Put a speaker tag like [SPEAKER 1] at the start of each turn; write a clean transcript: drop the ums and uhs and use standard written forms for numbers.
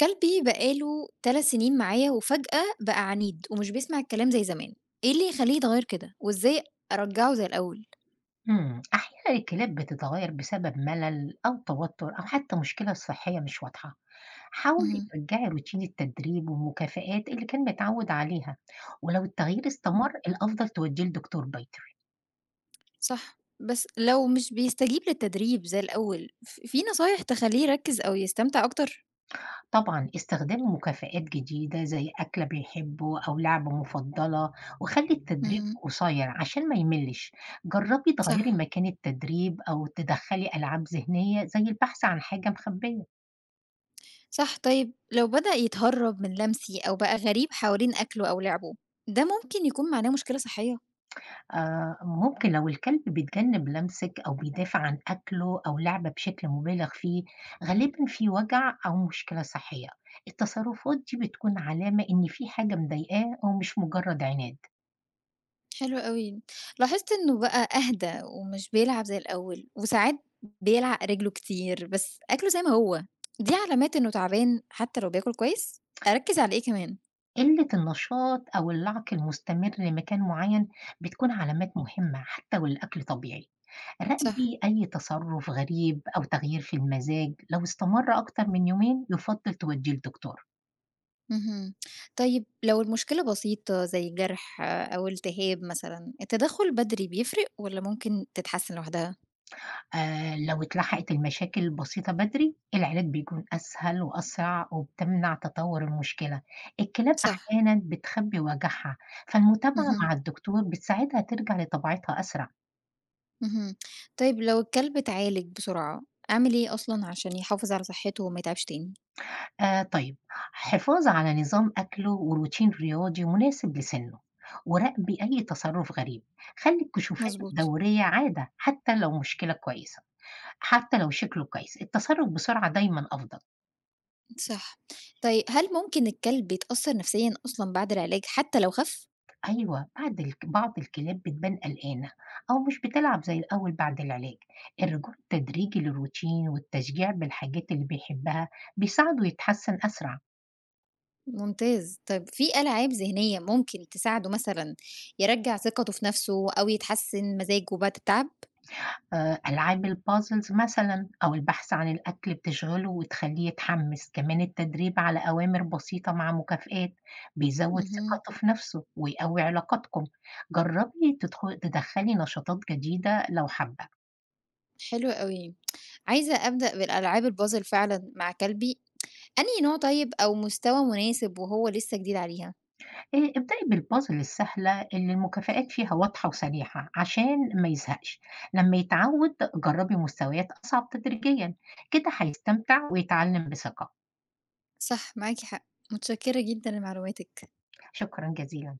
[SPEAKER 1] كلبي بقى له 3 سنين معايا وفجأة بقى عنيد ومش بيسمع الكلام زي زمان، إيه اللي يخلّيه يتغيّر كده وإزاي أرجّعه زي الأول؟
[SPEAKER 2] أحيانًا الكلاب بتتغير بسبب ملل أو توتر أو حتى مشكلة صحية مش واضحة. حاولي
[SPEAKER 1] اهم.
[SPEAKER 2] ترجعي روتين التدريب والمكافآت اللي كان متعود عليها، ولو التغيير استمر
[SPEAKER 1] إمم.
[SPEAKER 2] الأفضل توديه لدكتور بيطري.
[SPEAKER 1] صح، بس لو مش بيستجيب للتدريب زي الأول، ف في نصايح تخلّيه يركّز أو يستمتع أكتر؟
[SPEAKER 2] طبعًا استخدام مكافآت جديدة زي أكلة بيحبه أو لعبة مفضلة، وخلي التدريب
[SPEAKER 1] اهم.
[SPEAKER 2] قصير عشان ما يملش. جربي
[SPEAKER 1] صح.
[SPEAKER 2] تغيري مكان التدريب أو تدخلي ألعاب ذهنية زي البحث عن حاجة مخبية.
[SPEAKER 1] صح، طيب لو بدأ يتهرّب من لمسي أو بقى غريب حوالين أكله أو لعبه، ده ممكن يكون معناه مشكلة صحية.
[SPEAKER 2] ممكن لو الكلب بيتجنب لمسِك أو بيدافع عن أكله أو لعبة بشكل مُبالغ فيه، غالبًا في وجع أو مشكلة صحية. التصرفات دي بتكون علامة إن في حاجة مضايقاه أو مش مجرد عناد.
[SPEAKER 1] حلو أوي. لاحظت إنه بقى أهدى ومش بيلعب زي الأول، وساعات بيلعق رجله كتير، بس أكله زي ما هو، دي علامات إنه تعبان حتى لو بياكل كويس؟ أركّز على إيه كمان؟
[SPEAKER 2] قِلة النشاط أو اللَعْق المستمر لمكان معيّن بتكون علامات مهمة حتى والأكل طبيعي.
[SPEAKER 1] صح.
[SPEAKER 2] راقبي أي تصرُّف غريب أو تغيير في المزاج، لو استمر أكتر من يومين يُفضّل تودّيه لدكتور.
[SPEAKER 1] اهم. طيب لو المشكلة بسيطة زي جرح آه، أو التهاب مثلًا، التدخل بدري بيفرق والّا ممكن تتحسن لوحدها؟
[SPEAKER 2] لو اتلحقت المشاكل البسيطة بدري، العلاج بيكون أسهل وأسرع وبتمنع تطوّر المشكلة. الكلاب
[SPEAKER 1] صح.
[SPEAKER 2] أحيانًا بتخبّي وجعها، فالمتابعة
[SPEAKER 1] اهم.
[SPEAKER 2] مع الدكتور بتساعدها ترجع لطبيعتها أسرع.
[SPEAKER 1] اهم. طيب لو الكلب اتعالج بسرعة، أعمل إيه أصلًا عشان يحافظ على صحته وما يتعبش تاني؟
[SPEAKER 2] طيب، حفاظ على نظام أكله وروتين رياضي مناسب لسنّه، وراقبي أي تصرُّف غريب. خلّي الكشوفات
[SPEAKER 1] مظبوط.
[SPEAKER 2] الدورية عادة حتى لو مشكلة كويسة، حتى لو شكله كويس، التصرُّف بسرعة دايمًا أفضل.
[SPEAKER 1] صح. طيب هل ممكن الكلب بيتأثّر نفسيًا أصلًا بعد العلاج حتى لو خَف؟
[SPEAKER 2] أيوه، بعد الك بعض الكلاب بتبان قلقانة أو مش بتلعب زي الأول بعد العلاج، الرجوع التدريجي للروتين والتشجيع بالحاجات اللي بيحبها بيساعده يتحسن أسرع.
[SPEAKER 1] ممتاز. طيب في ألعاب ذهنية ممكن تساعده مثلًا يرجّع ثقته في نفسه أو يتحسّن مزاجه بعد التعب؟
[SPEAKER 2] ألعاب الpuzzles مثلًا أو البحث عن الأكل بتشغله وتخلّيه يتحمس، كمان التدريب على أوامر بسيطة مع مكافآت بيزود
[SPEAKER 1] اهم.
[SPEAKER 2] ثقته في نفسه ويقوي علاقاتكم. جربي تدخ تدخلي نشاطات جديدة لو حابة.
[SPEAKER 1] حلو أوي. عايزة أبدأ بالألعاب الpuzzle فعلًا مع كلبي. أنهي نوع طيب أو مستوى مناسب وهو لسه جديد عليها؟
[SPEAKER 2] ابدئي بالpuzzle السهلة اللي المكافآت فيها واضحة وسريعة عشان ما يزهقش، لمّا يتعوّد جرّبي مستويات أصعب تدريجيًا، كده هيستمتع ويتعلم بثقة.
[SPEAKER 1] صح، معاكِ حق. متشكّرة جدًا لمعلوماتِك.
[SPEAKER 2] شكرًا جزيلًا.